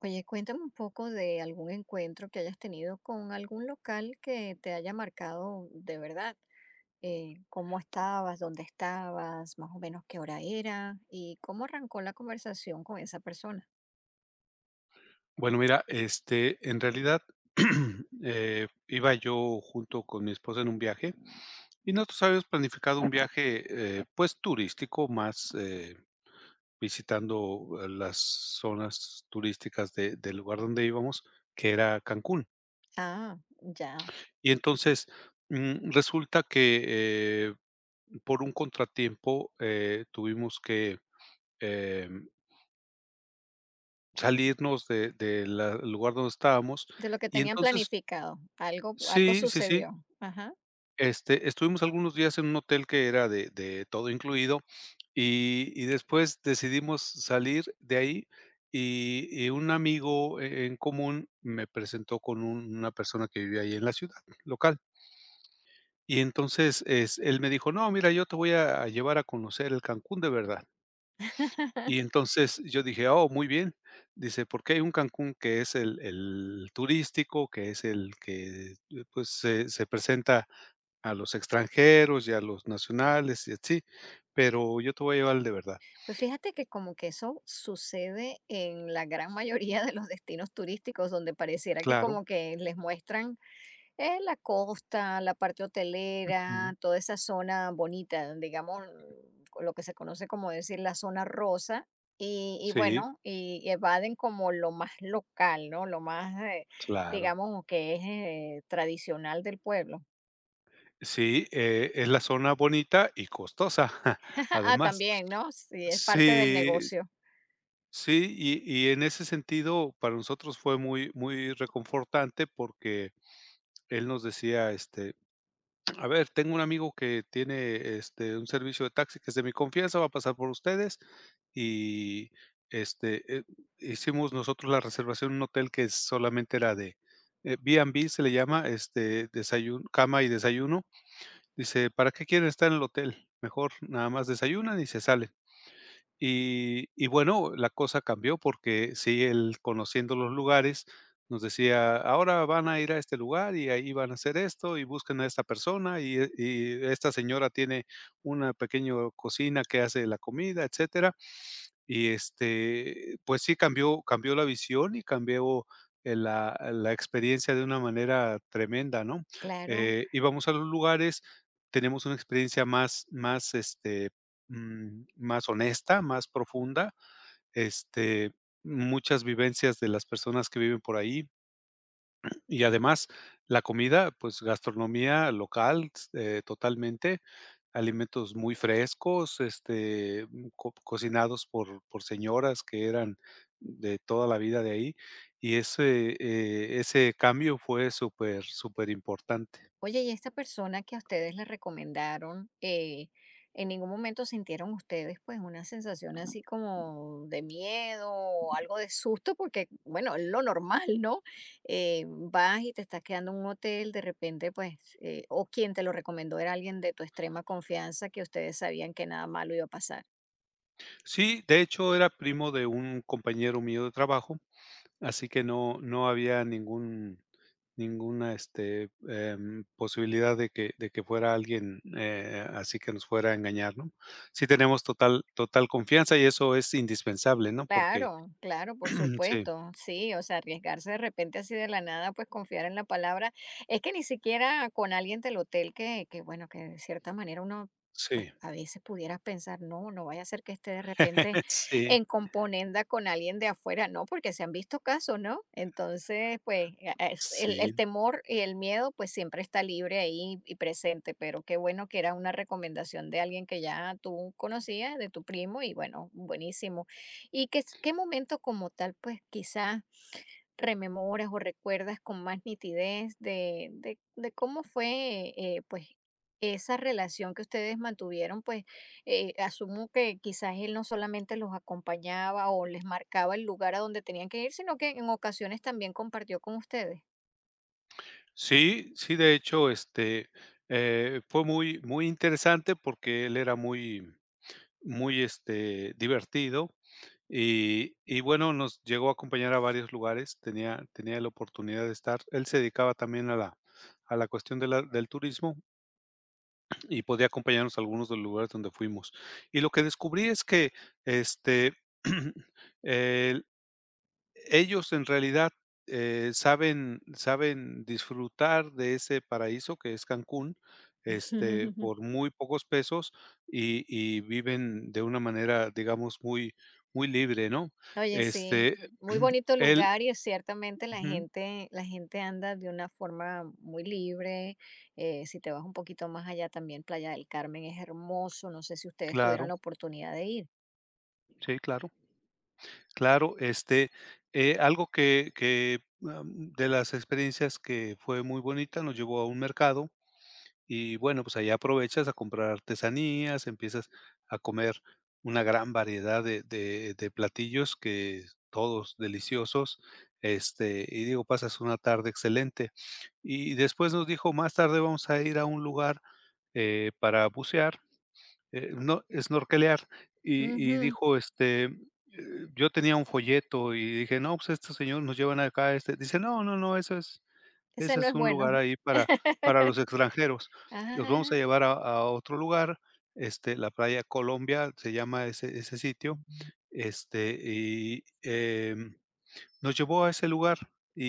Oye, cuéntame un poco de algún encuentro que hayas tenido con algún local que te haya marcado de verdad. ¿Cómo estabas? ¿Dónde estabas? Más o menos qué hora era y cómo arrancó la conversación con esa persona. Bueno, mira, este, en realidad, iba yo junto con mi esposa en un viaje, y nosotros habíamos planificado un viaje, pues, turístico, más, visitando, las zonas turísticas de del lugar donde íbamos, que era Cancún. Ah, ya. Y entonces, resulta que, eh, por un contratiempo, tuvimos que, em salirnos de la el lugar donde estábamos. De lo que Y tenían entonces planificado. Algo, algo sí, sí, sí, sucedió. Ajá. este, estuvimos algunos días en un hotel que era de todo incluido, y después decidimos salir de ahí, y un amigo en común me presentó con un una persona que vivía ahí en la ciudad local. Y entonces, es él me dijo: "No, mira, yo te voy a llevar a conocer el Cancún de verdad". Y entonces yo dije: "Oh, muy bien". Dice: "Porque hay un Cancún que es el turístico, que es el que, pues, se presenta a los extranjeros y a los nacionales y así, pero yo te voy a llevar al de verdad". Pues fíjate que como que eso sucede en la gran mayoría de los destinos turísticos, donde pareciera que Claro. como que les muestran. Es la costa, la parte Ujú. hotelera, toda esa zona bonita, digamos, con lo que se conoce como decir la zona rosa, y Sí, bueno, y evaden como lo más local, ¿no? Lo más, claro. digamos, que es tradicional del pueblo. Sí, es la zona bonita y costosa, Ah, además. también, ¿no? Sí, es parte del Sí, negocio. sí, y en ese sentido, para nosotros fue muy muy reconfortante porque él nos decía, este, a ver, tengo un amigo que tiene, este, un servicio de taxi que es de mi confianza, va a pasar por ustedes y, este, hicimos nosotros la reservación en un hotel que solamente era de, B&B se le llama, este, desayuno cama y desayuno. Dice: "¿Para qué quieren estar en el hotel? Mejor nada más desayunan y se salen". Y bueno, la cosa cambió porque sí, él conociendo los lugares nos decía: "Ahora van a ir a este lugar y ahí van a hacer esto y busquen a esta persona y y esta señora tiene una pequeña cocina que hace la comida", etcétera. Y, este, pues sí, cambió la visión y cambió, la la experiencia de una manera tremenda, ¿no? Claro. Íbamos a los lugares, tenemos una experiencia más, este, más honesta, más profunda, este, muchas vivencias de las personas que viven por ahí. Y además, la comida, pues gastronomía local, s totalmente, alimentos muy frescos, este, co cocinados por señoras que eran de toda la vida de ahí, y ese, ese cambio fue súper, súper importante. Oye, y esta persona que a ustedes les recomendaron, ¿en ningún momento sintieron ustedes pues una sensación así como de miedo o algo de susto? Porque, bueno, es lo normal, ¿no? Vas y te estás quedando en un hotel, de repente pues, o quien te lo recomendó era alguien de tu extrema confianza que ustedes sabían que nada malo iba a pasar. Sí, de hecho era primo de un compañero mío de trabajo, así que no había ningún ninguna, este, posibilidad de que fuera alguien, así que nos fuera a engañar, ¿no? Sí tenemos total total confianza y eso es indispensable, ¿no? Porque Claro, claro, por sí, supuesto, sí, o sea, arriesgarse de repente así de la nada, pues confiar en la palabra. Es que ni siquiera con alguien del hotel que bueno, que de cierta manera uno, pues sí, a veces pudieras pensar, no, no vaya a ser que esté de repente sí, en componenda con alguien de afuera, no, porque se han visto casos, ¿no? Entonces, pues sí, el temor y el miedo, pues siempre está libre ahí y presente, pero qué bueno que era una recomendación de alguien que ya tú conocías, de tu primo, y bueno, buenísimo. ¿Y qué, qué momento como tal, pues quizás rememoras o recuerdas con más nitidez de cómo fue, pues, esa relación que ustedes mantuvieron? Pues asumo que quizás él no solamente los acompañaba o les marcaba el lugar a donde tenían que ir, sino que en ocasiones también compartió con ustedes. sí, sí, de hecho, este, fue muy muy interesante porque él era muy muy, este, divertido. Y bueno, nos llegó a acompañar a varios lugares, tenía la oportunidad de estar. Él se dedicaba también a la cuestión de la del turismo y podía acompañarnos a algunos de los lugares donde fuimos. Y lo que descubrí es que, este, el ellos en realidad, saben disfrutar de ese paraíso que es Cancún, este, por muy pocos pesos y viven de una manera, digamos, muy muy libre, ¿no? Oye, sí, Este, muy bonito él lugar y ciertamente ujú, la gente anda de una forma muy libre. Si te vas un poquito más allá también, Playa del Carmen es hermoso. No sé si ustedes tuvieron claro, la oportunidad de ir. sí, claro, claro, este, algo que, de las experiencias que fue muy bonita, nos llevó a un mercado. Y bueno, pues ahí aprovechas a comprar artesanías, empiezas a comer una gran variedad de platillos que todos deliciosos, este, y digo, pasas una tarde excelente. Y después nos dijo: "Más tarde vamos a ir a un lugar, para bucear, no, snorkelear", y Ujú. dijo, este, yo tenía un folleto y dije: "No, pues estos señores nos llevan acá, este", dice: "No, no, no, eso es Ese ese no es es un lugar bueno. ahí para los extranjeros. Los vamos a Ah. llevar a otro lugar, este, la playa Colombia se llama ese ese sitio, este, y, nos llevó a ese lugar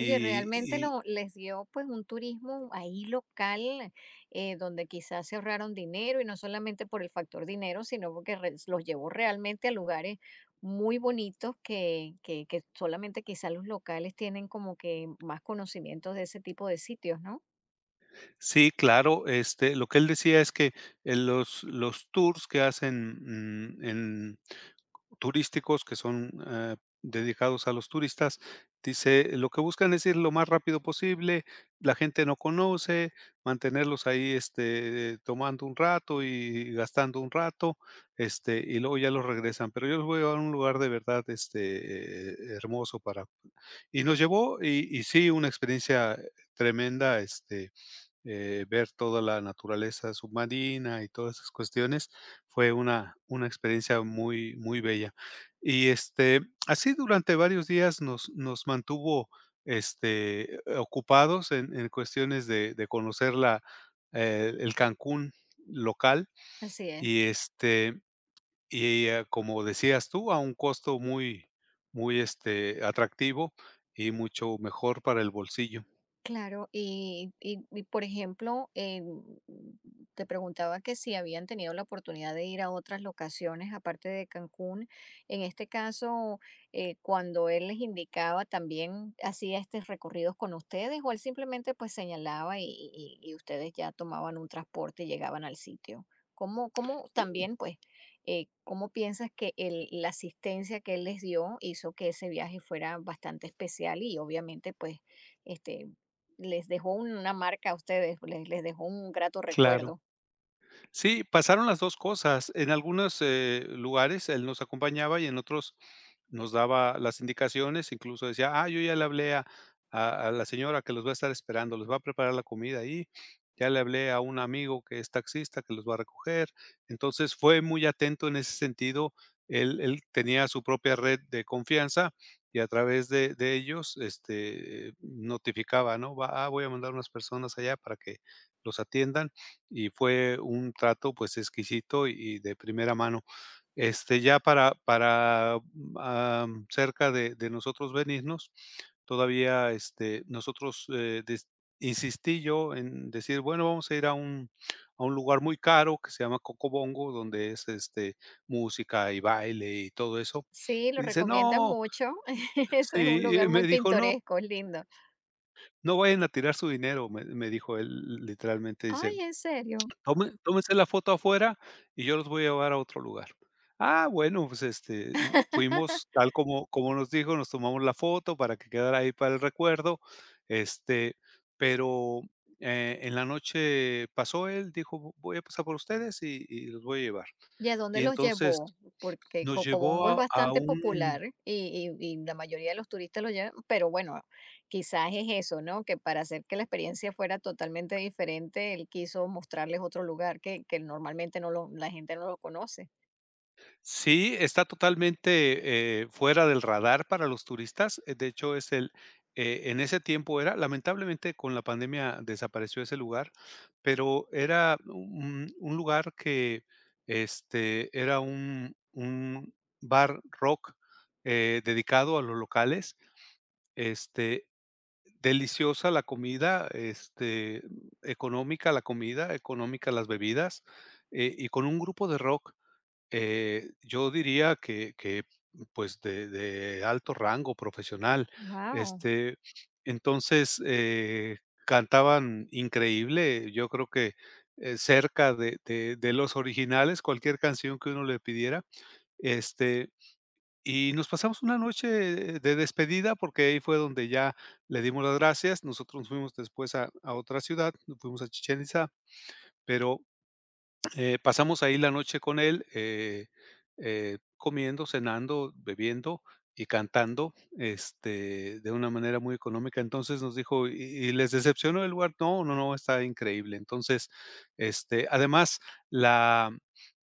Oye, realmente y lo les dio, pues, un turismo ahí local, donde quizás se ahorraron dinero, y no solamente por el factor dinero, sino porque res los llevó realmente a lugares muy bonitos que que solamente quizás los locales tienen como que más conocimientos de ese tipo de sitios, ¿no? sí, claro, este, lo que él decía es que, los tours que hacen, en turísticos que son, dedicados a los turistas. Dice: "Lo que buscan es ir lo más rápido posible, la gente no conoce, mantenerlos ahí, este, tomando un rato y gastando un rato, este, y luego ya los regresan, pero yo los voy a un lugar de verdad, este, hermoso para". Y nos llevó y sí, una experiencia tremenda, este, ver toda la naturaleza submarina y todas esas cuestiones, fue una experiencia muy, muy bella. Y, este, así durante varios días nos mantuvo, este, ocupados en cuestiones de conocer la el Cancún local Así es. y, este, y, como decías tú, a un costo muy muy, este, atractivo y mucho mejor para el bolsillo. Claro, y, por ejemplo, te preguntaba que si habían tenido la oportunidad de ir a otras locaciones aparte de Cancún. En este caso, cuando él les indicaba, ¿también hacía estos recorridos con ustedes o él simplemente pues señalaba y ustedes ya tomaban un transporte y llegaban al sitio? ¿Cómo, cómo también pues, cómo piensas que la asistencia que él les dio hizo que ese viaje fuera bastante especial y obviamente pues este, les dejó una marca a ustedes, les dejó un grato Claro. recuerdo. Sí, pasaron las 2 cosas. En algunos, lugares él nos acompañaba y en otros nos daba las indicaciones, incluso decía: "Ah, yo ya le hablé a la señora que los va a estar esperando, les va a preparar la comida ahí, ya le hablé a un amigo que es taxista que los va a recoger". Entonces, fue muy atento en ese sentido. Él tenía su propia red de confianza y a través de ellos, este, notificaba, ¿no? Va ah, voy a mandar unas personas allá para que los atiendan y fue un trato, pues, exquisito y de primera mano. Este, ya para, cerca de nosotros venirnos, todavía, este, nosotros, des insistí yo en decir: "Bueno, vamos a ir a un lugar muy caro que se llama Cocobongo", donde es, este, música y baile y todo eso. Sí, Y lo dice: recomiendan "No". mucho. Es un Sí, y lugar me muy dijo: "No, pintoresco, es lindo. no vayan a tirar su dinero", me dijo él, literalmente, dice, Ay, ¿en serio? Tome tómese la foto afuera y yo los voy a llevar a otro lugar. Ah, bueno, pues, este, fuimos tal como como nos dijo, nos tomamos la foto para que quedara ahí para el recuerdo, este, pero, en la noche pasó él, dijo: "Vo voy a pasar por ustedes y los voy a llevar". ¿Y a dónde Y los entonces llevó? Porque nos llevó Cocobongo es a bastante un. popular y y la mayoría de los turistas lo llevan, pero bueno, quizás es eso, ¿no? Que para hacer que la experiencia fuera totalmente diferente, él quiso mostrarles otro lugar que normalmente no lo la gente no lo conoce. Sí, está totalmente, fuera del radar para los turistas. De hecho, es el en ese tiempo era lamentablemente, con la pandemia desapareció ese lugar, pero era un lugar que, este, era un bar rock, dedicado a los locales. Este, deliciosa la comida, este, económica la comida, económica las bebidas, y con un grupo de rock, yo diría que, pues, de alto rango profesional, Wow. este, entonces, cantaban increíble, yo creo que, cerca de los originales, cualquier canción que uno le pidiera, este, y nos pasamos una noche de despedida, porque ahí fue donde ya le dimos las gracias, nosotros nos fuimos después a otra ciudad, nos fuimos a Chichén Itzá, pero pasamos ahí la noche con él, comiendo, cenando, bebiendo y cantando, este, de una manera muy económica. Entonces nos dijo: "¿Y y les decepcionó el lugar?". No, no, no, está increíble. Entonces, este, además, la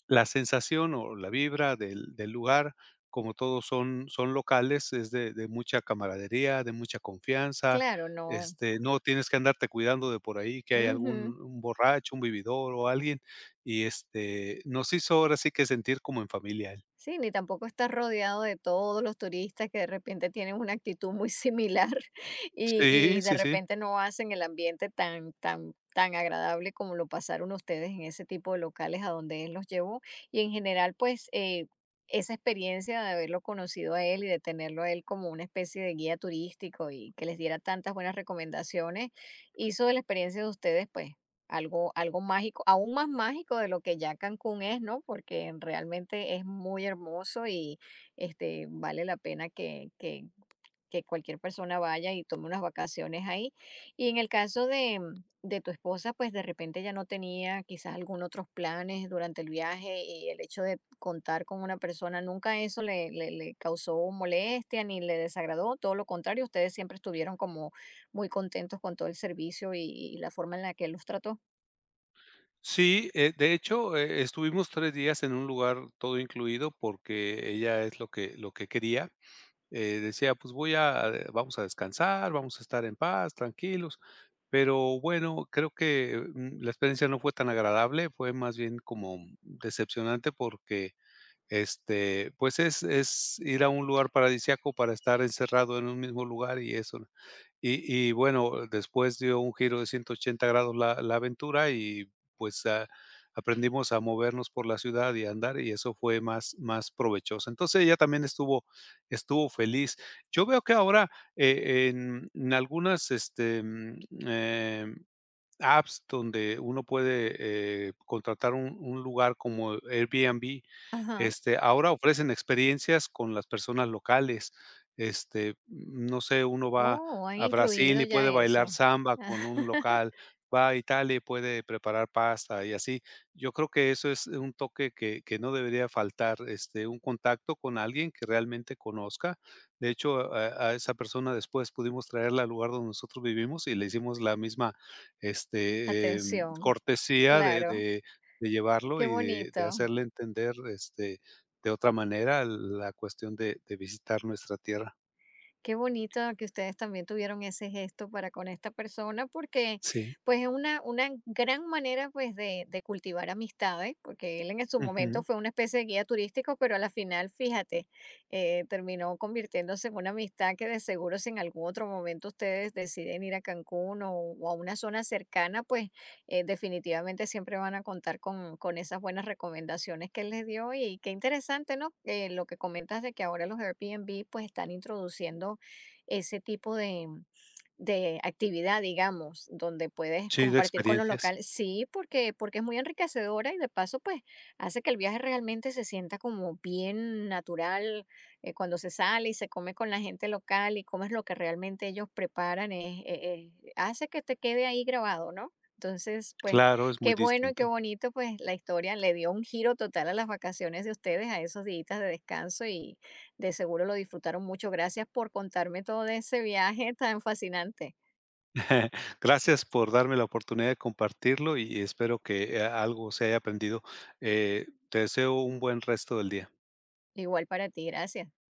la sensación o la vibra del lugar, como todos son son locales, es de mucha camaradería, de mucha confianza. Claro, no. Este, no tienes que andarte cuidando de por ahí que hay Ujú. algún un borracho, un vividor o alguien y, este, nos hizo ahora sí que sentir como en familia él. Sí, ni tampoco estás rodeado de todos los turistas que de repente tienen una actitud muy similar Sí, y de sí, sí. repente no hacen el ambiente tan, tan, tan agradable como lo pasaron ustedes en ese tipo de locales a donde él los llevó. Y en general, pues esa experiencia de haberlo conocido a él y de tenerlo a él como una especie de guía turístico y que les diera tantas buenas recomendaciones, hizo de la experiencia de ustedes, pues algo, algo mágico, aún más mágico de lo que ya Cancún es, ¿no? Porque realmente es muy hermoso y vale la pena que cualquier persona vaya y tome unas vacaciones ahí. Y en el caso de tu esposa, pues de repente ya no tenía quizás algún otros planes durante el viaje y el hecho de contar con una persona, nunca eso le, le, le causó molestia ni le desagradó, todo lo contrario, ustedes siempre estuvieron como muy contentos con todo el servicio y la forma en la que él los trató. Sí, de hecho, estuvimos 3 días en un lugar todo incluido porque ella es lo que quería. Decía: "Pues voy a vamos a descansar, vamos a estar en paz, tranquilos". Pero bueno, creo que, la experiencia no fue tan agradable, fue más bien como decepcionante porque, este, pues es ir a un lugar paradisíaco para estar encerrado en un mismo lugar y eso ¿no? Y bueno, después dio un giro de 180 grados la la aventura y, pues, aprendimos a movernos por la ciudad y a andar, y eso fue más más provechoso. Entonces, ella también estuvo feliz. Yo veo que ahora, en algunas, este, em apps donde uno puede, contratar un lugar como Airbnb, Ajá. este, ahora ofrecen experiencias con las personas locales. Este, no sé, uno va Oh, han a Brasil incluido y puede ya bailar eso. samba con un local, va a Italia y puede preparar pasta y así. Yo creo que eso es un toque que no debería faltar, este, un contacto con alguien que realmente conozca. De hecho, a esa persona después pudimos traerla al lugar donde nosotros vivimos y le hicimos la misma este, Atención, cortesía de claro, de de llevarlo qué y de bonito, hacerle entender, este, de otra manera la cuestión de visitar nuestra tierra. qué bonito que ustedes también tuvieron ese gesto para con esta persona, porque Sí, pues es una gran manera pues de cultivar amistades, porque él en su momento ujú. fue una especie de guía turístico, pero a la final, fíjate, terminó convirtiéndose en una amistad que de seguro si en algún otro momento ustedes deciden ir a Cancún o a una zona cercana, pues definitivamente siempre van a contar con esas buenas recomendaciones que él les dio y qué interesante, ¿no? Lo que comentas de que ahora los Airbnb pues están introduciendo ese tipo de actividad, digamos, donde puedes Sí, de compartir con los experiencias. locales. Sí, porque, porque es muy enriquecedora y de paso, pues, hace que el viaje realmente se sienta como bien natural cuando se sale y se come con la gente local y comes lo que realmente ellos preparan, hace que te quede ahí grabado, ¿no? Entonces, pues, Claro, es muy qué bueno y qué distinto. bonito, pues, la historia le dio un giro total a las vacaciones de ustedes, a esos días de descanso y de seguro lo disfrutaron mucho. Gracias por contarme todo de ese viaje tan fascinante. Gracias por darme la oportunidad de compartirlo y espero que, algo se haya aprendido. Te deseo un buen resto del día. Igual para ti, gracias.